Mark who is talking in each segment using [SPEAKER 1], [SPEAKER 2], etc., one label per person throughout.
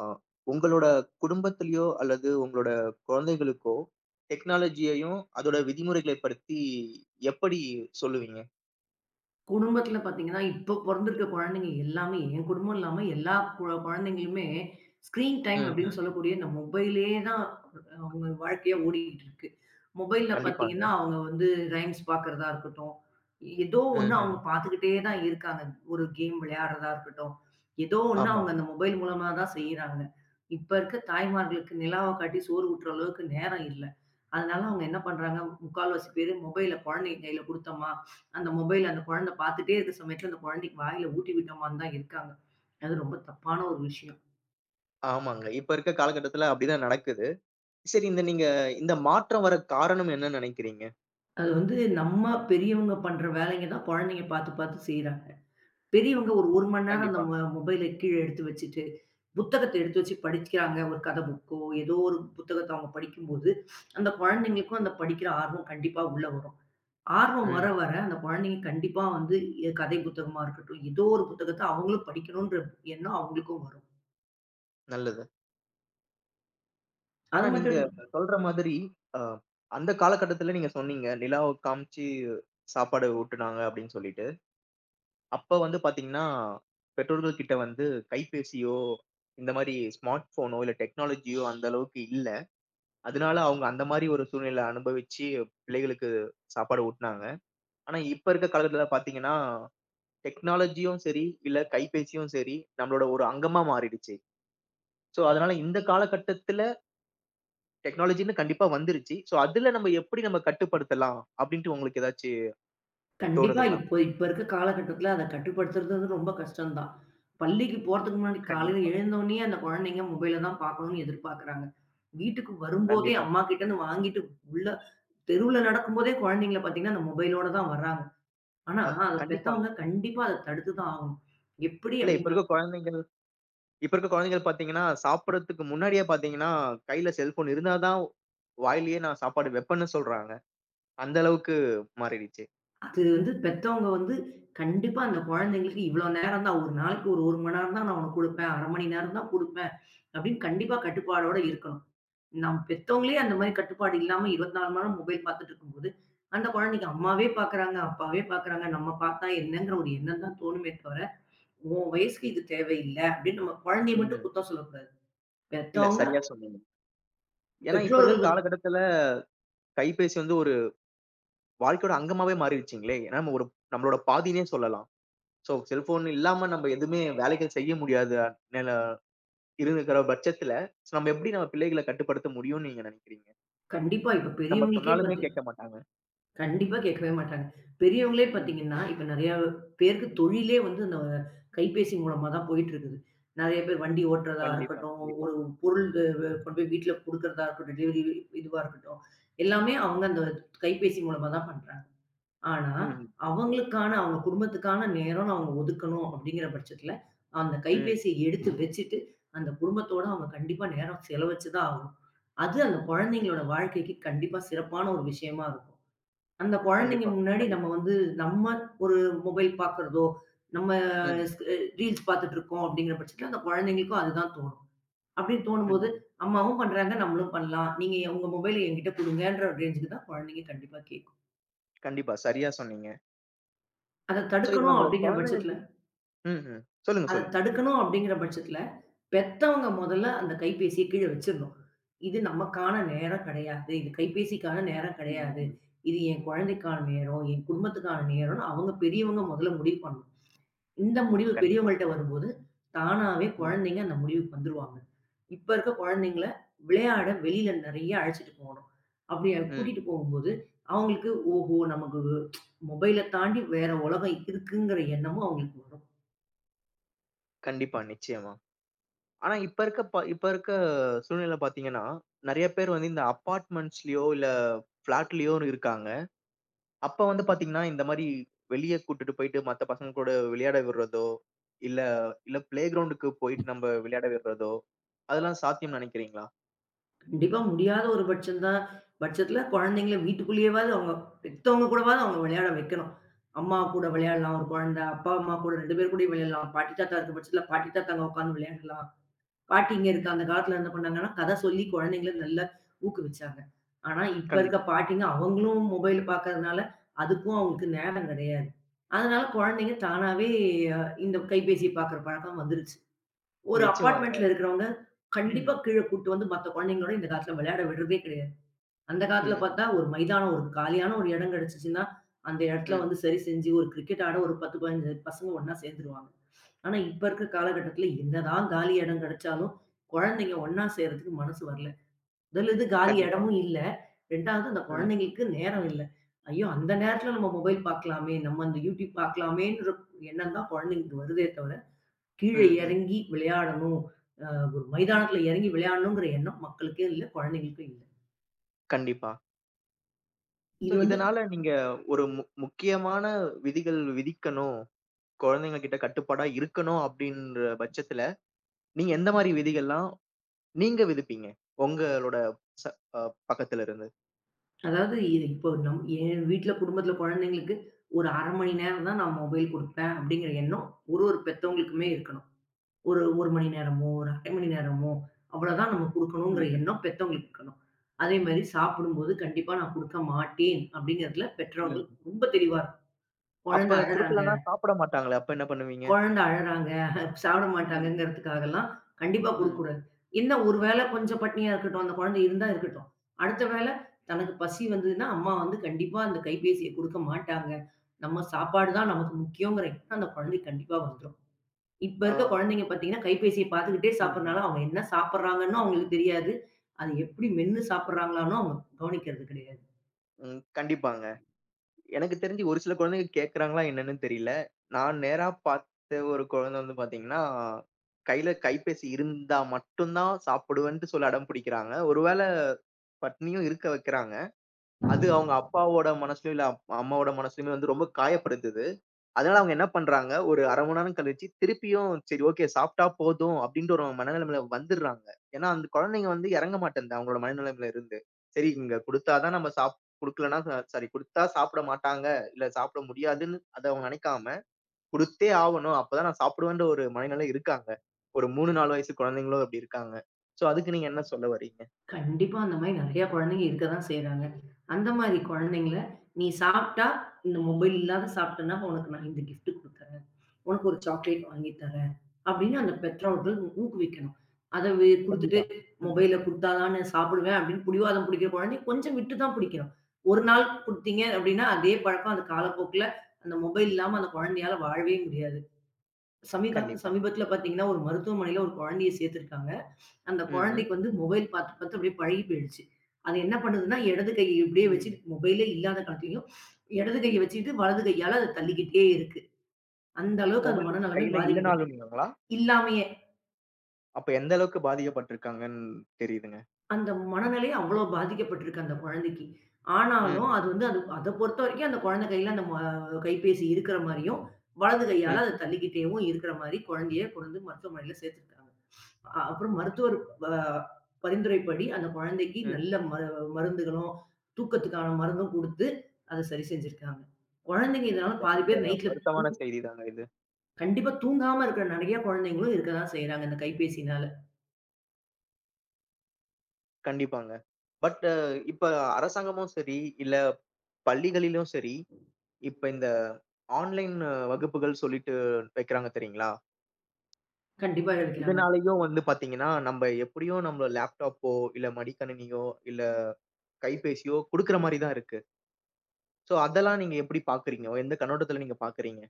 [SPEAKER 1] ஆ, உங்களோட குடும்பத்திலயோ அல்லது உங்களோட குழந்தைகளுக்கோ டெக்னாலஜியையும், அதோட விதிமுறைகளை பத்தி எப்படி சொல்லுவீங்க?
[SPEAKER 2] குடும்பத்துல பாத்தீங்கன்னா, இப்ப பொறந்திருக்க குழந்தைங்க எல்லாமே, என் குடும்பம் இல்லாம எல்லா குழந்தைங்களுமே ஸ்க்ரீன் டைம்
[SPEAKER 1] ம்ஹ்ம்.
[SPEAKER 2] அப்படின்னு சொல்லக்கூடிய இந்த மொபைல்லயே தான் அவங்க வாழ்க்கையா ஓடிக்கிட்டு இருக்கு. மொபைல்ல பாத்தீங்கன்னா,
[SPEAKER 1] கண்டிப்பாங்க.
[SPEAKER 2] அவங்க வந்து ரைம்ஸ் பாக்குறதா இருக்கட்டும், ஏதோ ஒண்ணு
[SPEAKER 1] ம்ஹ்ம்.
[SPEAKER 2] அவங்க பாத்துக்கிட்டே தான் இருக்காங்க. ஒரு கேம் விளையாடுறதா இருக்கட்டும், ஏதோ ஒண்ணு அவங்க
[SPEAKER 1] ஆமாம்.
[SPEAKER 2] அந்த மொபைல் மூலமா தான் செய்றாங்க. இப்ப இருக்க தாய்மார்களுக்கு நிலாவ காட்டி சோறு ஊட்டுற அளவுக்கு நேரம் இல்ல. அதனால அவங்க என்ன பண்றாங்க, முக்கால்வாசி பேரு மொபைல குழந்தைங்க கையில குடுத்தோமா, அந்த மொபைல் அந்த குழந்தை பார்த்துட்டே இருக்க சமயத்துல, அந்த குழந்தைக்கு வாயில ஊட்டி விட்ட மாரி தான் இருக்காங்க. அது ரொம்ப தப்பான ஒரு விஷயம்.
[SPEAKER 1] ஆமாங்க. இப்ப இருக்க காலகட்டத்துல அப்படிதான் நடக்குது. சரி நீங்க இந்த மாற்றம் வர காரணம் என்ன நெனைக்கிறீங்க?
[SPEAKER 2] அது வந்து நம்ம பெரியவங்க பண்ற வேலைங்க தான் குழந்தைங்க பார்த்து, பார்த்து செய்றாங்க. பெரியவங்க ஒரு 1 மணி நேரம் அந்த
[SPEAKER 1] கண்டிப்பா.
[SPEAKER 2] மொபைல கீழ எடுத்து வச்சுட்டு, புத்தகத்த எடுத்து வச்சு படிக்கிறாங்க. ஒரு கதை புக்கோ, ஏதோ ஒரு புத்தகத்த அவங்க படிக்கும்போது, அந்த குழந்தைங்களுக்கும் அந்த படிக்கிற ஆர்வம் கண்டிப்பா உள்ள வரும். ஆர்வம் வர,
[SPEAKER 1] ம்.
[SPEAKER 2] வர அந்த குழந்தைங்க கண்டிப்பா வந்து கதை புத்தகமா இருக்கட்டும், ஏதோ ஒரு புத்தகத்த அவங்களும் படிக்கணுன்ற எண்ணம் அவங்களுக்கும் வரும்.
[SPEAKER 1] நல்லது. ஆனா
[SPEAKER 2] அது
[SPEAKER 1] நீங்க
[SPEAKER 2] மட்டும்
[SPEAKER 1] சொல்ற மாதிரி அ அந்த காலகட்டத்துல நீங்க சொன்னீங்க, "நிலாவ காமிச்சு சாப்பாடு ஊட்டுனாங்க" அப்படின்னு சொல்லிட்டு. அப்ப வந்து பாத்தீங்கன்னா, பெற்றோர்கள் கிட்ட வந்து கைபேசியோ, இந்த மாரி ஸ்மார்ட் ஃபோனோ இல்ல டெக்னாலஜியோ அந்த அளவுக்கு இல்ல. அதனால அவங்க அந்த மாரி ஒரு சூழ்நிலை அனுபவிச்சு பிள்ளைகளுக்கு சாப்பாடு ஊட்டுனாங்க. ஆனா இப்ப இருக்க காலகட்டத்துல பாத்தீங்கன்னா, டெக்னாலஜியும் சரி, இல்ல கைபேசியும் சரி, நம்மளோட ஒரு அங்கமா மாறிடுச்சு. ஸோ அதனால இந்த காலகட்டத்துல டெக்னாலஜின்னு கண்டிப்பா வந்துருச்சு. ஸோ அதுல நம்ம எப்படி நம்ம கட்டுப்படுத்தலாம் அப்படின்ட்டு உங்களுக்கு ஏதாச்சு
[SPEAKER 2] கண்டிப்பா.
[SPEAKER 1] தோணுதுங்களா?
[SPEAKER 2] இப்ப இருக்க காலகட்டத்தில அத கட்டுப்படுத்துறது வந்து ரொம்ப கஷ்டம் தான். பள்ளிக்கு போறதுக்கு முன்னாடி காலையில
[SPEAKER 1] கண்டிப்பா,
[SPEAKER 2] எழுந்தோனயே அந்த குழந்தைங்க மொபைல தான் பார்க்கணும்னு எதிர்பார்க்குறாங்க. வீட்டுக்கு வரும்போதே
[SPEAKER 1] கண்டிப்பாங்க.
[SPEAKER 2] அம்மா கிட்டேருந்து வாங்கிட்டு உள்ள தெருவுல நடக்கும்போதே குழந்தைங்கள பார்த்தீங்கன்னா, அந்த மொபைலோட தான் வர்றாங்க. ஆனா,
[SPEAKER 1] அ
[SPEAKER 2] அத
[SPEAKER 1] கண்டிப்பாங்க.
[SPEAKER 2] பெத்தவங்க கண்டிப்பா அத தடுத்து தான் ஆகணும். எப்படி
[SPEAKER 1] இல்ல
[SPEAKER 2] அப்படின்னு பாத்
[SPEAKER 1] இப்ப இருக்க குழந்தைகள் பார்த்தீங்கன்னா, சாப்பிடறதுக்கு முன்னாடியே பார்த்தீங்கன்னா, கையில செல்ஃபோன் இருந்தா தான் வாயிலேயே நான் சாப்பாடு வைப்பேன்னு சொல்றாங்க. அந்த அளவுக்கு மாறிடுச்சு.
[SPEAKER 2] அது வந்து பெத்தவங்க வந்து கண்டிப்பா அந்த குழந்தைங்களுக்கு இவ்வளோ நேரம் தான் ஒரு நாளைக்கு ஒரு 1 மணி நேரம் தான் நான் உனக்கு குடுப்பேன். 1/2 மணி நேரம் தான் குடுப்பேன் அப்படின்னு கண்டிப்பா கட்டுப்பாடோட இருக்கணும். நம் பெத்தவங்களே அந்த மாரி கட்டுப்பாடு இல்லாம 24 மணி நேரம் மொபைல் பார்த்துட்டு இருக்கும்போது, அந்த குழந்தைக்கு அம்மாவே பார்க்குறாங்க, அப்பாவே பார்க்குறாங்க. நம்ம பார்த்தா என்னங்கிற ஒரு எண்ணம் தான் தோணுமே தவிர, "உன் வயசுக்கு இது தேவையில்ல" அப்படின்னு நம்ம குழந்தைய மட்டும்
[SPEAKER 1] ம்.
[SPEAKER 2] குத்தம் சொல்லக்கூடாது.
[SPEAKER 1] இல்ல
[SPEAKER 2] பெத்தவங்க.
[SPEAKER 1] சரியா சொன்னீங்க. ஏன்னா, இப்ப இருக்க
[SPEAKER 2] பெற்றோர்கள் வந்து
[SPEAKER 1] காலகட்டத்துல கைபேசி வந்து ஒரு வாழ்க்கையோட அங்கமாவே மாறிடுச்சுங்களே! ஏன்னா நம்ம ஒரு நம்மளோட பாதின்னே சொல்லலாம். ஸோ செல்ஃபோன் இல்லாம நம்ம எதுவுமே வேலைகள் செய்ய முடியாத நில இருக்கிற பட்சத்துல, ஸோ நம்ம எப்படி நம்ம பிள்ளைகள கட்டுப்படுத்த முடியும்னு நீங்க நினைக்கிறீங்க?
[SPEAKER 2] கண்டிப்பா இப்ப
[SPEAKER 1] நம்ம
[SPEAKER 2] பெரியவங்களுக்கே
[SPEAKER 1] சொன்னாலுமே
[SPEAKER 2] பாத்து,
[SPEAKER 1] கேட்க மாட்டாங்க.
[SPEAKER 2] கண்டிப்பா கேட்கவே மாட்டாங்க. பெரியவங்களே
[SPEAKER 1] ம்.
[SPEAKER 2] பார்த்தீங்கன்னா, இப்ப நெறையா பேருக்கு தொழிலே வந்து இந்த கைபேசி மூலமா தான் போயிட்டுருக்குது. நெறைய பேர் வண்டி ஓட்டுறதா
[SPEAKER 1] கண்டிப்பா,
[SPEAKER 2] இருக்கட்டும்,
[SPEAKER 1] கண்டிப்பா.
[SPEAKER 2] ஒரு பொருள் து வ கொண்டு போய் வீட்ல குடுக்குறதா இருக்கட்டும், டெலிவரி இதுவா இருக்கட்டும். எல்லாமே அவங்க அந்த கைபேசி மூலமா தான் பண்றாங்க. ஆனா,
[SPEAKER 1] ம்,
[SPEAKER 2] அவங்களுக்கான அவங்க குடும்பத்துக்கான நேரம்ன்னு அவங்க ஒதுக்கணும் அப்படிங்கிற பட்சத்தில, அந்த
[SPEAKER 1] ம்.
[SPEAKER 2] கைபேசிய எடுத்து வச்சுட்டு, அந்த குடும்பத்தோட அவங்க கண்டிப்பா நேரம் செலவச்சு தான் ஆகணும். அது அந்த குழந்தைங்களோட வாழ்க்கைக்கு கண்டிப்பா சிறப்பான ஒரு விஷயமா இருக்கும். அந்த குழந்தைங்க
[SPEAKER 1] கண்டிப்பா,
[SPEAKER 2] முன்னாடி நம்ம
[SPEAKER 1] கண்டிப்பா.
[SPEAKER 2] வந்து நம்ம ஒரு மொபைல் பார்க்குறதோ, நம்ம
[SPEAKER 1] ம்.
[SPEAKER 2] ஸ்க் ரீல்ஸ் பார்த்துட்டு இருக்கோம் அப்படிங்கிற பட்சத்தில அந்த குழந்தைங்களுக்கும் அதுதான் தோணும். அப்படின்னு தோணும்போது,
[SPEAKER 1] ம்.
[SPEAKER 2] அம்மாவும் பண்றாங்க, நம்மளும் பண்ணலாம். நீங்க உங்க மொபைல என்கிட்ட குடுங்கன்ற ரேஞ்சுக்கு தான் குழந்தைங்க கண்டிப்பா கேட்கும்.
[SPEAKER 1] கண்டிப்பா. சரியா சொன்னீங்க.
[SPEAKER 2] அத
[SPEAKER 1] சோ, இது
[SPEAKER 2] தடுக்கணும்
[SPEAKER 1] நம்ம
[SPEAKER 2] அப்படிங்கிற பட்சத்தில
[SPEAKER 1] குழந்தைங்களுக்கு ம்ஹ்ம். சொல்லுங்க,
[SPEAKER 2] அத
[SPEAKER 1] சொல்லுங்க.
[SPEAKER 2] தடுக்கணும் அப்படிங்கிற பட்சத்தில, பெத்தவங்க முதல்ல அந்த கைபேசிய கீழ வச்சிரணும். இது நமக்கான நேரம் கிடையாது. இது கைபேசிக்கான நேரம்
[SPEAKER 1] ம்,
[SPEAKER 2] கிடையாது.
[SPEAKER 1] ம்.
[SPEAKER 2] இது என் குழந்தைக்கான நேரம், என் குடும்பத்துக்கான நேரம்னு அவங்க பெரியவங்க முதல்ல முடிவு பண்ணணும். இந்த முடிவு பெரியவங்கள்ட்ட
[SPEAKER 1] கண்டிப்பாங்க.
[SPEAKER 2] வரும்போது, தானாவே
[SPEAKER 1] ம்.
[SPEAKER 2] குழந்தைங்க அந்த முடிவுக்கு வந்துருவாங்க. இப்ப இருக்க குழந்தைங்கள விளையாட வெளியில நெறைய அழைச்சிட்டு போணும். அப்படி கூட்டிட்டு
[SPEAKER 1] ம்.
[SPEAKER 2] போகும்போது, அவங்களுக்கு ஓஹோ! நமக்கு மொபைல தாண்டி வேற உலகம் இருக்குங்கிற எண்ணமும் அவங்களுக்கு வரும்.
[SPEAKER 1] கண்டிப்பா, நிச்சயமா. ஆனா இப்ப இருக்க சூழ்நிலை பார்த்தீங்கன்னா, நெறைய பேர் வந்து இந்த அபார்ட்மெண்ட்ஸ்லயோ, இல்ல ஃபிளாட்லயோ இருக்காங்க. அப்ப வந்து பார்த்தீங்கன்னா, இந்த மாரி வெளிய கூட்டிட்டு போயிட்டு மத்த பசங்க கூட விளையாட விடுறதோ, இல்ல இல்ல பிளே கிரவுண்டுக்கு போயிட்டு நம்ம விளையாட விடுறதோ, அதெல்லாம் சாத்தியம்னு நெனைக்கிறீங்களா?
[SPEAKER 2] கண்டிப்பா முடியாத ஒரு பட்சம் தான் பட்சத்துல குழந்தைங்கள வீட்டுக்குள்ளேயேவாவது அவங்க பெத்தவங்க கூடவாவது அவங்க விளையாட வைக்கணும். அம்மா கூட விளையாடலாம் ஒரு குழந்தை, அப்பா, அம்மா கூட 2 பேர் கூடயும் விளையாடலாம். பாட்டி, தாத்தா இருக்க பட்சத்துல பாட்டி, தாத்தாங்க உட்காந்து விளையாடலாம். பாட்டி இங்க இருக்க அந்த காலத்துல என்ன பண்ணாங்கன்னா, கதை சொல்லி குழந்தைங்கள நல்லா ஊக்குவிச்சாங்க. ஆனா, இப்ப இருக்க
[SPEAKER 1] கண்டிப்பா.
[SPEAKER 2] பாட்டிங்க அவங்களும் மொபைல் பார்க்கறதுனால, அதுக்கும் அவங்களுக்கு நேரம் கிடையாது. அதனால குழந்தைங்க தானாவே அ இந்த கைபேசிய பார்க்குற பழக்கம் வந்துருச்சு. ஒரு
[SPEAKER 1] நிச்சயமாங்க.
[SPEAKER 2] அபார்ட்மெண்ட்ல இருக்கிறவங்க, கண்டிப்பா
[SPEAKER 1] ம்.
[SPEAKER 2] கீழ கூட்டு வந்து மத்த குழந்தைங்களோட இந்த காலத்துல விளையாட விடுறதே கிடையாது. அந்த காலத்துல
[SPEAKER 1] ம்.
[SPEAKER 2] பார்த்தா, ஒரு மைதானம், ஒரு காலியான ஒரு இடம் கிடைச்சுச்சுன்னா, அந்த இடத்துல
[SPEAKER 1] ம்.
[SPEAKER 2] வந்து சரி செஞ்சு ஒரு கிரிக்கெட் ஆட ஒரு 10, 15 பசங்க ஒண்ணா சேர்ந்துருவாங்க. ஆனா, இப்ப இருக்கிற காலகட்டத்துல என்னதான் காலி இடம் கிடைச்சாலும், குழந்தைங்க ஒண்ணா சேர்றதுக்கு மனசு வரல. முதல் இது காலி
[SPEAKER 1] கண்டிப்பா.
[SPEAKER 2] இடமும் இல்ல. 2வது அந்த
[SPEAKER 1] ம்.
[SPEAKER 2] குழந்தைங்களுக்கு நேரம் இல்ல. ஐயோ! அந்த நேரத்துல நம்ம மொபைல் பார்க்கலாமே, நம்ம அந்த YouTube பார்க்கலாமேன்ற எண்ணம் தான் குழந்தைங்களுக்கு வருதே தவிர,
[SPEAKER 1] ம்.
[SPEAKER 2] கீழே
[SPEAKER 1] ம்.
[SPEAKER 2] இறங்கி விளையாடணும். அ ஒரு மைதானத்துல இறங்கி விளையாடணுங்கிற எண்ணம் மக்களுக்கே இல்ல, குழந்தைங்களுக்கும் இல்ல.
[SPEAKER 1] கண்டிப்பா. ஸோ
[SPEAKER 2] இது வந்து
[SPEAKER 1] இதனால நீங்க ஒரு முக்கியமான விதிகள் விதிக்கணும். குழந்தைங்க கிட்ட கட்டுப்பாடா இருக்கணும் அப்டின்ற பட்சத்துல, நீங்க எந்த மாரி விதிகள்லாம் நீங்க விதிப்பீங்க? உங்களோட ச அ பக்கத்துல இருந்து.
[SPEAKER 2] அதாவது இது இப்போ நம் என் வீட்ல குடும்பத்தில குழந்தைங்களுக்கு ஒரு 1/2 மணி நேரம் தான் நான் மொபைல் குடுப்பேன் அப்படிங்கிற எண்ணம் ஒரு ஒரு பெத்தவங்களுக்குமே இருக்கணும். ஒரு 1 மணி நேரமோ, ஒரு 1/2 மணி நேரமோ அவ்வளோதான் நம்ம குடுக்கணுங்கிற
[SPEAKER 1] ம்ஹ்ம்.
[SPEAKER 2] எண்ணம் பெத்தவங்களுக்கு இருக்கணும். அதே மாரி சாப்பிடும்போது கண்டிப்பா நான் குடுக்க மாட்டேன் அப்படிங்கிறதுல பெற்றவங்க
[SPEAKER 1] ம்.
[SPEAKER 2] ரொம்ப தெளிவா இருக்கணும். குழந்தை
[SPEAKER 1] அப்ப
[SPEAKER 2] அழறாங்க.
[SPEAKER 1] குடுக்கலன்னா சாப்பிட மாட்டாங்களே! அப்ப என்ன பண்ணுவீங்க?
[SPEAKER 2] குழந்த அழறாங்க, சாப்பிட
[SPEAKER 1] ம்.
[SPEAKER 2] மாட்டாங்கங்கிறதுக்காகலாம் கண்டிப்பா
[SPEAKER 1] ம்.
[SPEAKER 2] குடுக்கக்கூடாது. என்ன ஒரு வேளை கொஞ்சம் பட்னியா இருக்கட்டும், அந்த குழந்தை இருந்தா இருக்கட்டும். அடுத்த வேள தனக்கு பசி வந்ததுன்னா, அம்மா வந்து கண்டிப்பா அந்த கைபேசிய குடுக்க மாட்டாங்க. நம்ம சாப்பாடு தான் நமக்கு முக்கியங்கிற எண்ணம் அந்த குழந்தைக்கு கண்டிப்பா வந்துரும். இப்ப
[SPEAKER 1] ஆ.
[SPEAKER 2] இருக்க குழந்தைங்க பார்த்தீங்கன்னா, கைபேசிய பார்த்துக்கிட்டே
[SPEAKER 1] ம்ஹ்ம்.
[SPEAKER 2] சாப்பிடுறனால, அவங்க என்ன சாப்பிடுறாங்கன்னும் அவங்களுக்கு தெரியாது. அது எப்படி மென்னு சாப்பிடுறாங்களான்னும் அவங்க கவனிக்கிறது கிடையாது.
[SPEAKER 1] ம். கண்டிப்பாங்க. எனக்கு தெரிஞ்சு ஒரு சில குழந்தைங்க கேட்கறாங்களா என்னன்னு தெரியல. நான் நேரா பார்த்த ஒரு குழந்தை வந்து பார்த்தீங்கன்னா, கையில கைபேசி இருந்தா மட்டும் தான் சாப்பிடுவேன்ட்டு சொல்லி அடம் பிடிக்கிறாங்க. ஒருவேள பட்னியும் இருக்க வைக்கிறாங்க. அது அவங்க அப்பாவோட மனசுலயும், இல்ல அம்மாவோட மனசுலயுமே வந்து ரொம்ப காயப்படுத்துது. அதனால அவங்க என்ன பண்றாங்க, ஒரு 1/2 மணி நேரம் கழிச்சு திருப்பியும் சரி ஓகே சாப்பிட்டா போதும் அப்படின்ற ஒரு மனநிலைமையில வந்துர்றாங்க. ஏன்னா, அந்த குழந்தைங்க வந்து இறங்க மாட்டேன்து அவங்களோட மனநிலைமையில இருந்து. சரி இங்க குடுத்தா தான் நம்ம சாப் குடுக்கலன்னா சாரி குடுத்தா சாப்பிட மாட்டாங்க, இல்ல சாப்பிட முடியாதுன்னு அத அவங்க நினைக்காம, குடுத்தே ஆவணும் அப்பதான் நான் சாப்பிடுவேன்ற ஒரு மனநிலை இருக்காங்க. ஒரு 3, 4 வயசு குழந்தைங்களும் அப்படி இருக்காங்க. சோ அதுக்கு நீங்க என்ன சொல்ல வரீங்க?
[SPEAKER 2] கண்டிப்பா அந்த மாரி நெறையா குழந்தைங்க இருக்க தான் செய்றாங்க. அந்த மாரி குழந்தைங்கள, "நீ சாப்ட்டா, இந்த மொபைல் இல்லாத சாப்ட்டன்னா, உனக்கு நான் இந்த கிஃப்ட் குடுக்குறேன். உனக்கு ஒரு சாக்லேட் வாங்கி தரேன்." அப்படின்னு அந்த பெற்றோர்கள் ஊக்குவிக்கணும். அத வே குடுத்துட்டு,
[SPEAKER 1] கண்டிப்பா. ம்.
[SPEAKER 2] மொபைல குடுத்தா தான் நான் சாப்பிடுவேன் அப்படின்னு பிடிவாதம் பிடிக்கிற குழந்தை கொஞ்சம் விட்டு தான் பிடிக்கணும். ஒரு நாள் குடுத்தீங்க அப்படின்னா, அதே பழக்கம் அந்த காலப்போக்குல அந்த மொபைல் இல்லாம அந்த குழந்தையால வாழவே முடியாது. சமீதா
[SPEAKER 1] கண்டிப்பா.
[SPEAKER 2] சமீபத்தில பார்த்தீங்கன்னா, ஒரு மருத்துவமனையில ஒரு குழந்தைய சேர்த்திருக்காங்க. அந்த
[SPEAKER 1] ம்ஹ்ம்.
[SPEAKER 2] குழந்தைக்கு வந்து மொபைல் பாத்து, பாத்து அப்படியே பழகி போயிடுச்சு. அது என்ன பண்ணுதுன்னா, இடது கைய இப்படியே
[SPEAKER 1] ம்.
[SPEAKER 2] வச்சுட்டு மொபைலே இல்லாத காட்டியும், இடது கைய வச்சுக்கிட்டு, வலது கையால அத தள்ளிக்கிட்டே இருக்கு. அந்த அளவுக்கு அது
[SPEAKER 1] மொபைல்
[SPEAKER 2] மனநிலைமை
[SPEAKER 1] கையில
[SPEAKER 2] பாதிக்கப்பட்டு
[SPEAKER 1] இல்லனாலும்ங்களா?
[SPEAKER 2] இல்லாமயே
[SPEAKER 1] அப்ப எந்த அளவுக்கு பாதிக்கப்பட்டிருக்காங்கன்னு தெரியுதுங்க.
[SPEAKER 2] அந்த மனநிலை அவ்ளோ பாதிக்கப்பட்டிருக்கு அந்த குழந்தைக்கு.
[SPEAKER 1] ம்ஹ்ம்.
[SPEAKER 2] ஆனாலும் அது வந்து அது அத பொறுத்தவரைக்கும் அந்த குழந்தை கையில அந்த கைபேசி இருக்கிற மாரியும், வலது கையால அத
[SPEAKER 1] ம்ஹ்ம்.
[SPEAKER 2] தள்ளிக்கிட்டேவும் இருக்கிற மாரி குழந்தைய கொண்டு வந்து மருத்துவமனையில சேர்த்துருக்காங்க. அப்புறம் மருத்துவர் ப பரிந்துரைப்படி அந்த குழந்தைக்கு
[SPEAKER 1] ம்.
[SPEAKER 2] நல்ல மருந்துகளும், தூக்கத்துக்கான மருந்தும் குடுத்து அத சரி செஞ்சிருக்காங்க. குழந்தைங்க இதனால
[SPEAKER 1] ரொம்ப
[SPEAKER 2] பாதி
[SPEAKER 1] ரொம்ப
[SPEAKER 2] பேர் நைட்ல தூ
[SPEAKER 1] வருத்தமான செய்தி தாங்க இது.
[SPEAKER 2] கண்டிப்பா தூங்காம இருக்கிற நெறைய குழந்தைங்களும் இருக்க தான் செய்றாங்க இந்த கைபேசினால.
[SPEAKER 1] கண்டிப்பாங்க. பட் இப்ப அரசாங்கமும் சரி, இல்ல பள்ளிகளிலும் சரி, இப்ப இந்த ஆன்லைன் வகுப்புகள் சொல்லிட்டு வைக்கிறாங்க தெரியுங்களா?
[SPEAKER 2] கண்டிப்பா இருக்கிறாங்க.
[SPEAKER 1] இதனாலேயும் வந்து பார்த்தீங்கன்னா, நம்ம எப்படியும் நம்ம லேப்டாப்போ, இல்ல மடிக்கணினியோ, இல்ல கைபேசியோ குடுக்குற மாரி தான் இருக்கு. சோ அதெல்லாம் நீங்க எப்படி பார்க்குறீங்க? எந்த கண்ணோட்டத்துல நீங்க பார்க்குறீங்க?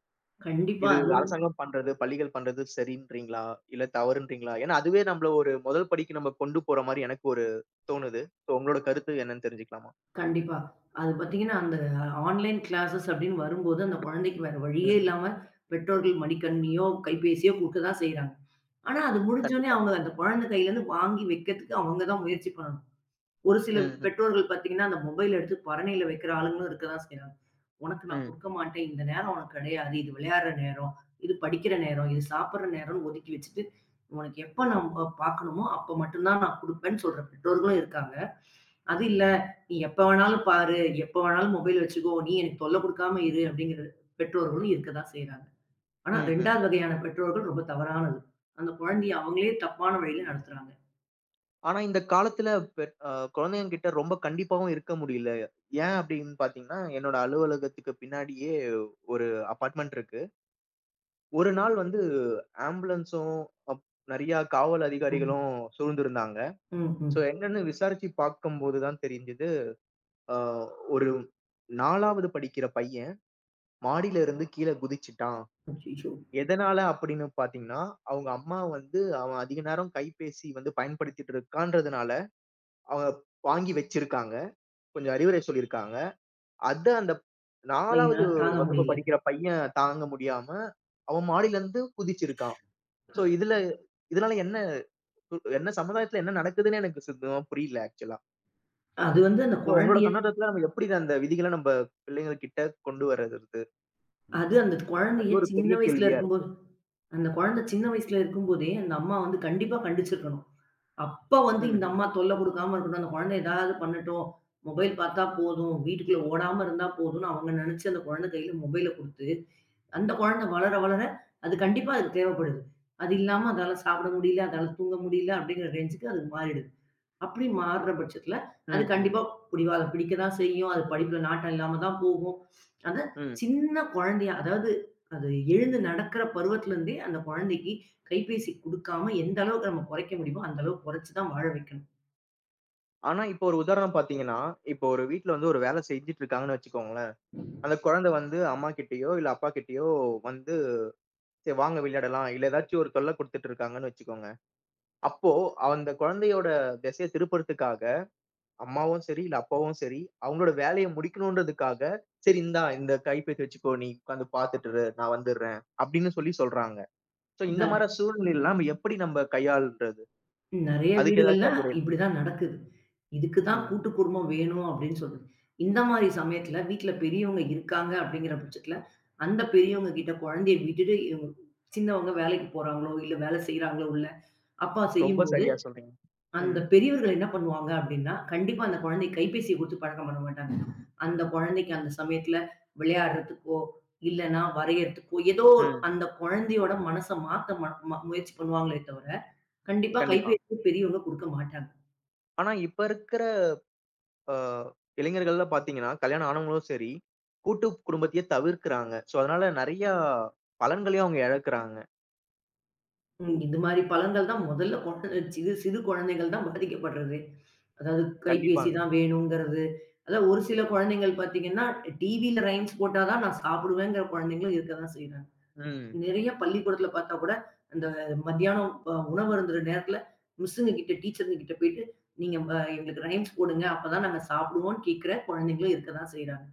[SPEAKER 2] கண்டிப்பா
[SPEAKER 1] இது
[SPEAKER 2] அதுவும்.
[SPEAKER 1] அரசாங்கம் பண்றது, பள்ளிகள் பண்றது சரின்றீங்களா? இல்ல தவறுன்றீங்களா? ஏன்னா, அதுவே நம்மள ஒரு முதல் படிக்கு நம்ம கொண்டு போற மாரி எனக்கு ஒரு தோணுது. சோ உங்களோட கருத்து என்னன்னு தெரிஞ்சுக்கலாமா?
[SPEAKER 2] கண்டிப்பா. அது பார்த்தீங்கன்னா, அந்த ஆன்லைன் கிளாஸஸ் அப்டின்னு வரும்போது, அந்த குழந்தைக்கு வேற வழியே
[SPEAKER 1] ம்ஹ்ம்.
[SPEAKER 2] இல்லாம பெற்றோர்கள் மடிக்கணினியோ, கைபேசியோ குடுக்க தான் செய்றாங்க. ஆனா, அது முடிஞ்சோனே
[SPEAKER 1] கண்டிப்பா.
[SPEAKER 2] அவங்க அந்த குழந்தை கையிலேருந்து வாங்கி வைக்கிறதுக்கு அவங்க தான் முயற்சி பண்ணணும். ஒரு சில
[SPEAKER 1] ம்ஹ்ம்.
[SPEAKER 2] பெற்றோர்கள் பார்த்தீங்கன்னா, அந்த மொபைல் எடுத்து பரணியில வைக்கிற ஆளுங்களும் இருக்க தான் செய்றாங்க. உனக்கு நான்
[SPEAKER 1] ம்.
[SPEAKER 2] குடுக்க மாட்டேன். இந்த நேரம் உனக்கு கிடையாது. இது விளையாடுற நேரம், இது படிக்கிற நேரம், இது சாப்பிடுற நேரம்ன்னு ஒதுக்கி வச்சுட்டு, உனக்கு எப்ப நம்ம பார்க்கணுமோ, அப்ப மட்டும் தான் நான் குடுப்பேன்னு சொல்ற பெற்றோர்களும் இருக்காங்க. அது இல்ல, நீ எப்ப வேணாலும் பாரு, எப்ப வேணாலும் மொபைல் வச்சுக்கோ, நீ எனக்கு தொல்ல குடுக்காம இரு அப்படிங்கிற பெற்றோர்களும் இருக்க தான் செய்றாங்க. ஆனா
[SPEAKER 1] ம்ஹ்ம்.
[SPEAKER 2] 2வது வகையான பெற்றோர்கள் ரொம்ப தவறானது. அந்த குழந்தைய அவங்களே தப்பான வழியில நடத்துறாங்க.
[SPEAKER 1] ஆனா இந்த காலத்துல பெற் அ குழந்தைங்ககிட்ட ரொம்ப கண்டிப்பாவும் இருக்க முடியல. ஏன் அப்படின்னு பார்த்தீங்கன்னா, என்னோட அலுவலகத்துக்கு பின்னாடியே ஒரு அபார்ட்மெண்ட் இருக்கு. ஒரு நாள் வந்து ஆம்புலன்ஸும், அப் நெறைய காவல்
[SPEAKER 2] ம்.
[SPEAKER 1] அதிகாரிகளும் சூழ்ந்திருந்தாங்க.
[SPEAKER 2] ம்,
[SPEAKER 1] சோ
[SPEAKER 2] ம்.
[SPEAKER 1] என்னன்னு விசாரிச்சு பார்க்கும்போது தான் தெரிஞ்சது. ஆ ஒரு 4வது படிக்கிற பையன் மாடியில இருந்து கீழ குதிச்சுட்டான்.
[SPEAKER 2] அச்சச்சோ!
[SPEAKER 1] எதனால அப்படின்னு பார்த்தீங்கன்னா, அவங்க அம்மா வந்து அவன் அதிக நேரம் கைபேசி வந்து பயன்படுத்திட்டு இருக்கான்றதுனால, அவ வாங்கி வச்சிருக்காங்க. கொஞ்சம் அறிவுரை சொல்லியிருக்காங்க. அத அந்த 4வது
[SPEAKER 2] என்னால தாங்க
[SPEAKER 1] வகுப்பு
[SPEAKER 2] முடியல.
[SPEAKER 1] படிக்கிற பையன் தாங்க முடியாம, அவன் மாடியில இருந்து குதிச்சிருக்கான். சோ இதனால என்ன என்ன சமுதாயத்துல என்ன நடக்குதுன்னு எனக்கு சுத்தமா புரியல ஆக்சுவலா.
[SPEAKER 2] அது வந்து அந்த
[SPEAKER 1] சோ உங்களோட
[SPEAKER 2] குழந்தைய
[SPEAKER 1] கண்ணோட்டத்துல நம்ம எப்படி அந்த விதிகள நம்ப பிள்ளைங்ககிட்ட கொண்டு வரது?
[SPEAKER 2] அது
[SPEAKER 1] அது ஒரு பெரிய கேள்வியா இருக்கு.
[SPEAKER 2] அந்த குழந்தை சின்ன வயசுல இருக்கும்போதே, அந்த அம்மா வந்து கண்டிப்பா கண்டிச்சிருக்கணும். அப்ப வந்து இந்த
[SPEAKER 1] ம்ஹ்ம்.
[SPEAKER 2] அம்மா தொல்ல குடுக்காம இருக்கணும். அந்த குழந்தை ஏதாவது பண்ணட்டும். மொபைல் பார்த்தா போதும். வீட்டுக்குள்ள ஓடாம இருந்தா போதும்ன்னு அவங்க நெனச்சு அந்த குழந்தை கையில மொபைல குடுத்து, அந்த குழந்தை வளர, வளர அது கண்டிப்பா அதுக்கு தேவைப்படுது. அது இல்லாம அதால சாப்பிட முடியல, அதால தூங்க முடியல அப்படிங்கிற ரேஞ்சுக்கு அது மாறிடுது. அப்படி மாறுற பட்சத்துல, அது
[SPEAKER 1] ம்ஹ்ம்.
[SPEAKER 2] கண்டிப்பா பிடிவாதம் பிடிக்க தான் செய்யும். அது படிப்புல நாட்டம் இல்லாம தான் போகும். அந்த
[SPEAKER 1] ம்.
[SPEAKER 2] சின்ன குழந்தையா அதாவது அது எழுந்து நடக்கிற பருவத்துல இருந்தே, அந்த குழந்தைக்கு கைபேசி குடுக்காம எந்த அளவுக்கு நம்ம குறைக்க முடியுமோ, அந்த அளவுக்கு குறைச்சு தான் வாழ வைக்கணும்.
[SPEAKER 1] ஆனா இப்போ ஒரு உதாரணம் பார்த்தீங்கன்னா, இப்போ ஒரு வீட்ல வந்து ஒரு வேலை செஞ்சுட்டு இருக்காங்கன்னு வச்சுக்கோங்களேன். அந்த குழந்தை வந்து அம்மா கிட்டயோ, இல்ல அப்பா கிட்டயோ வந்து சரி வாங்க விளையாடலாம், இல்ல ஏதாச்சும் ஒரு தொல்ல குடுத்துட்டு இருக்காங்கன்னு வச்சுக்கோங்க. அப்போ அந்த குழந்தையோட திசைய திருப்புறதுக்காக அம்மாவும் சரி, இல்ல அப்பாவும் சரி, அவங்களோட வேலைய முடிக்கணுன்றதுக்காக, "சரி இந்தா இந்த கைபேசி வச்சுக்கோ, நீ உட்கார்ந்து பார்த்துட்டு இரு, நான் வந்துடுறேன்." அப்படின்னு சொல்லி சொல்றாங்க. சோ இந்த
[SPEAKER 2] ந
[SPEAKER 1] மாரி சூழ்நிலையில நம்ம எப்படி நம்ம கையாள்றது?
[SPEAKER 2] நெறைய
[SPEAKER 1] அதுக்கு
[SPEAKER 2] வீடுகள்ல
[SPEAKER 1] ஏதாச்சும் அறிவுரை இருக்குங்களா?
[SPEAKER 2] இப்படிதான் நடக்குது. இதுக்கு தான்
[SPEAKER 1] ம்.
[SPEAKER 2] கூட்டு குடும்பம் வேணும் அப்படின்னு சொல்றது. இந்த மாரி சமயத்துல வீட்ல பெரியவங்க இருக்காங்க அப்படிங்கிற பட்சத்துல, அந்த பெரியவங்க கிட்ட குழந்தைய விட்டுட்டு இவங்க சின்னவங்க வேலைக்கு போறாங்களோ, இல்ல வேலை செய்றாங்களோ உள்ள, அப்பா
[SPEAKER 1] ரொம்ப
[SPEAKER 2] செய்யும்போது
[SPEAKER 1] சரியா சொன்னீங்க.
[SPEAKER 2] அந்த
[SPEAKER 1] ம்,
[SPEAKER 2] பெரியவர்கள் என்ன பண்ணுவாங்க அப்படின்னா, கண்டிப்பா அந்த குழந்தைக்கு கைபேசிய குடுத்து பழக்கம் பண்ண மாட்டாங்க. அந்த குழந்தைக்கு அந்த சமயத்துல விளையாடுறதுக்கோ, இல்லன்னா வரையறதுக்கோ, ஏதோ ஒரு
[SPEAKER 1] ம்.
[SPEAKER 2] அந்த குழந்தையோட மனச மாத்த ம ம முயற்சி பண்ணுவாங்களே தவிர, கண்டிப்பா
[SPEAKER 1] கண்டிப்பா.
[SPEAKER 2] கைபேசிய பெரியவங்க குடுக்க மாட்டாங்க.
[SPEAKER 1] ஆனா இப்ப இருக்கிற அ இளைஞர்கள்லாம் பார்த்தீங்கன்னா, கல்யாணம் ஆனவங்களும் சரி, கூட்டு குடும்பத்தையே தவிர்க்கிறாங்க. சோ, அதனால நெறையா பலன்களையும் அவங்க இழக்குறாங்க.
[SPEAKER 2] ம். இது மாரி பழங்கள் தான் முதல்ல குழந்தை சிறு சிறு குழந்தைகள் தான் பாதிக்கப்படுறதே. அதாவது கைபேசி
[SPEAKER 1] கண்டிப்பாங்க.
[SPEAKER 2] தான் வேணுங்கிறது. அதான் ஒரு சில குழந்தைகள் பாத்தீங்கன்னா, டிவில ரைம்ஸ் போட்டா தான் நான் சாப்பிடுவேங்கிற குழந்தைங்களும் இருக்க தான் செய்றாங்க.
[SPEAKER 1] ம்.
[SPEAKER 2] நிறைய பள்ளிக்கூடத்துல பார்த்தா கூட, அந்த மத்தியானம் உணவு அருந்துற நேரத்துல மிஸ்ஸுங்க கிட்ட, டீச்சருங்க கிட்ட போயிட்டு, "நீங்க எங்களுக்கு ரைம்ஸ் போடுங்க. அப்பதான் நாங்க சாப்பிடுவோம்ன்னு" கேட்கிற குழந்தைங்களும் இருக்க தான் செய்றாங்க.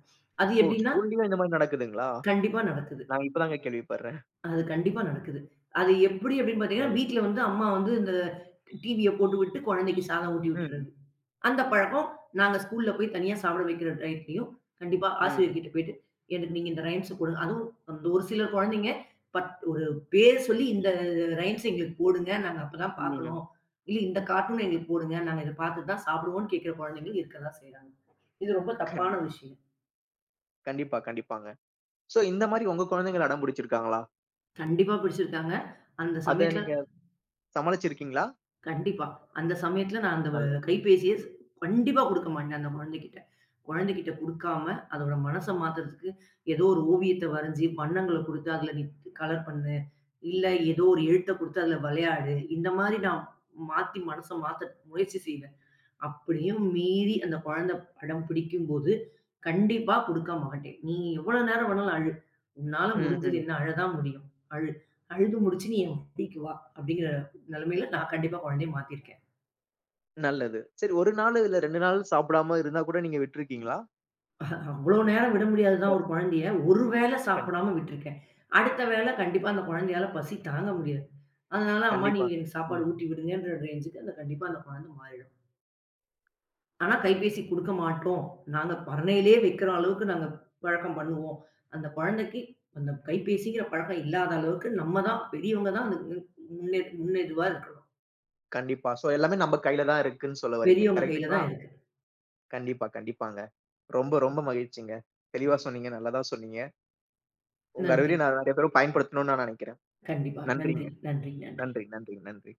[SPEAKER 2] அது
[SPEAKER 1] ஓ!
[SPEAKER 2] எப்படின்னா,
[SPEAKER 1] ஸ்கூல்லயும் இந்த மாரி நடக்குதுங்களா?
[SPEAKER 2] கண்டிப்பா நடக்குது.
[SPEAKER 1] நான் இப்ப தாங்க கேள்விப்படுறேன்.
[SPEAKER 2] அது கண்டிப்பா நடக்குது. அது எப்படி அப்படின்னு பார்த்தீங்கன்னா,
[SPEAKER 1] நல்லது.
[SPEAKER 2] வீட்ல வந்து அம்மா வந்து இந்த டிவிய போட்டுவிட்டு, குழந்தைக்கு சாதம் ஊட்டி
[SPEAKER 1] ம்,
[SPEAKER 2] விட்டுறது. அந்த பழக்கம் நாங்க ஸ்கூல்ல போய் தனியா சாப்பிட வைக்கிற டைம்லயும், கண்டிப்பா
[SPEAKER 1] ம்,
[SPEAKER 2] ஆசிரியர்கிட்ட போயிட்டு, "எனக்கு நீங்க இந்த ரைம்ஸ போடுங்க." அதுவும் அந்த ஒரு சில குழந்தைங்க ஒரு பேர் சொல்லி, "இந்த ரைம்ஸ் எங்களுக்கு போடுங்க. நாங்க அப்பதான்
[SPEAKER 1] ம்.
[SPEAKER 2] பார்க்கணும். இல்ல இந்த கார்ட்டூன் எங்களுக்கு போடுங்க. நாங்க இத பார்த்துட்டு தான் சாப்பிடுவோம்ன்னு" கேட்கிற குழந்தைகள் இருக்க தான் செய்றாங்க. இது ரொம்ப தப்பான
[SPEAKER 1] கண்டி
[SPEAKER 2] விஷயம்.
[SPEAKER 1] கண்டிப்பா, கண்டிப்பாங்க. சோ, இந்த மாரி உங்க குழந்தைகள் அடம் பிடிச்சிருக்காங்களா?
[SPEAKER 2] கண்டிப்பா பிடிச்சிருக்காங்க. அந்த
[SPEAKER 1] அத
[SPEAKER 2] சமயத்துல
[SPEAKER 1] நீங்க சமாளிச்சிருக்கீங்களா?
[SPEAKER 2] கண்டிப்பா. அந்த சமயத்துல நான் அந்த
[SPEAKER 1] நல்லது.
[SPEAKER 2] கைபேசிய கண்டிப்பா குடுக்க மாட்டேன் அந்த குழந்தைகிட்ட. குழந்தைகிட்ட குடுக்காம, அதோட மனச மாத்துறதுக்கு ஏதோ ஒரு ஓவியத்த வரைஞ்சு, வண்ணங்கள குடுத்து அதுல நீ கலர் பண்ணு. இல்ல ஏதோ ஒரு எழுத்த குடுத்து அதுல விளையாடு. இந்த மாரி நான் மனச மாத்த முயற்சி செய்வேன். அப்படியும் மீறி அந்த குழந்தை அடம் பிடிக்கும்போது, கண்டிப்பா குடுக்க மாட்டேன். நீ எவ்வளோ நேரம் வேணாலும் அழு. உன்னால
[SPEAKER 1] ம்,
[SPEAKER 2] முடிஞ்சது
[SPEAKER 1] ம்.
[SPEAKER 2] என்ன? அழதான் முடியும். அழு. அழுது முடிச்சு நீ என் மடிக்கு வா! அப்படிங்கிற நிலைமையில நான் கண்டிப்பா குழந்தைய மாத்திருக்கேன்.
[SPEAKER 1] நல்லது. சரி 1 நாள் இல்ல 2 நாள் சாப்பிடாம இருந்தா கூட நீங்க விட்டுருக்கீங்களா?
[SPEAKER 2] அவ்வளோ நேரம் விட முடியாது
[SPEAKER 1] அ
[SPEAKER 2] தான் ஒரு குழந்தைய. ஒரு வேளை
[SPEAKER 1] கண்
[SPEAKER 2] சாப்பிடாம விட்டுருக்கேன். அடுத்த வேளை கண்டிப்பா அந்த குழந்தையால பசி தாங்க முடியாது. அதனால, "அம்மா
[SPEAKER 1] கண்டிப்பா.
[SPEAKER 2] நீங்க எனக்கு
[SPEAKER 1] ம்.
[SPEAKER 2] சாப்பாடு ஊட்டி விடுங்கன்ற" ரேஞ்சுக்கு அந்த கண்டிப்பா அந்த குழந்தை மாறிடும். ஆனா கைபேசி குடுக்க மாட்டோம். நாங்க பரணையிலே வைக்கிற அளவுக்கு நாங்க பழக்கம் பண்ணுவோம். அந்த குழந்தைக்கு அந்த கைபேசிங்கிற பழக்கம் இல்லாத அளவுக்கு நம்ம தான் பெரியவங்க தான் அதுக்கு முன்னெதுவா இருக்கணும்.
[SPEAKER 1] கண்டிப்பா. சோ எல்லாமே நம்ம கையில தான் இருக்குன்னு சொல்ல வரீங்க.
[SPEAKER 2] பெரியவங்க கையில
[SPEAKER 1] கரெக்ட்டுங்களா?
[SPEAKER 2] தான் இருக்கு.
[SPEAKER 1] கண்டிப்பா, கண்டிப்பாங்க. ரொம்ப ரொம்ப மகிழ்ச்சிங்க. தெளிவா சொன்னீங்க. நல்லா தான் சொன்னீங்க. உங்க
[SPEAKER 2] நன்றி.
[SPEAKER 1] அறிவுரைய நான் நெறைய பேரும் பயன்படுத்தணும்னு நான் நெனைக்கிறேன்.
[SPEAKER 2] கண்டிப்பா. நன்றி,
[SPEAKER 1] நன்றிங்க.
[SPEAKER 2] நன்றி, நன்றி.
[SPEAKER 1] நன்றி, நன்றி, நன்றி.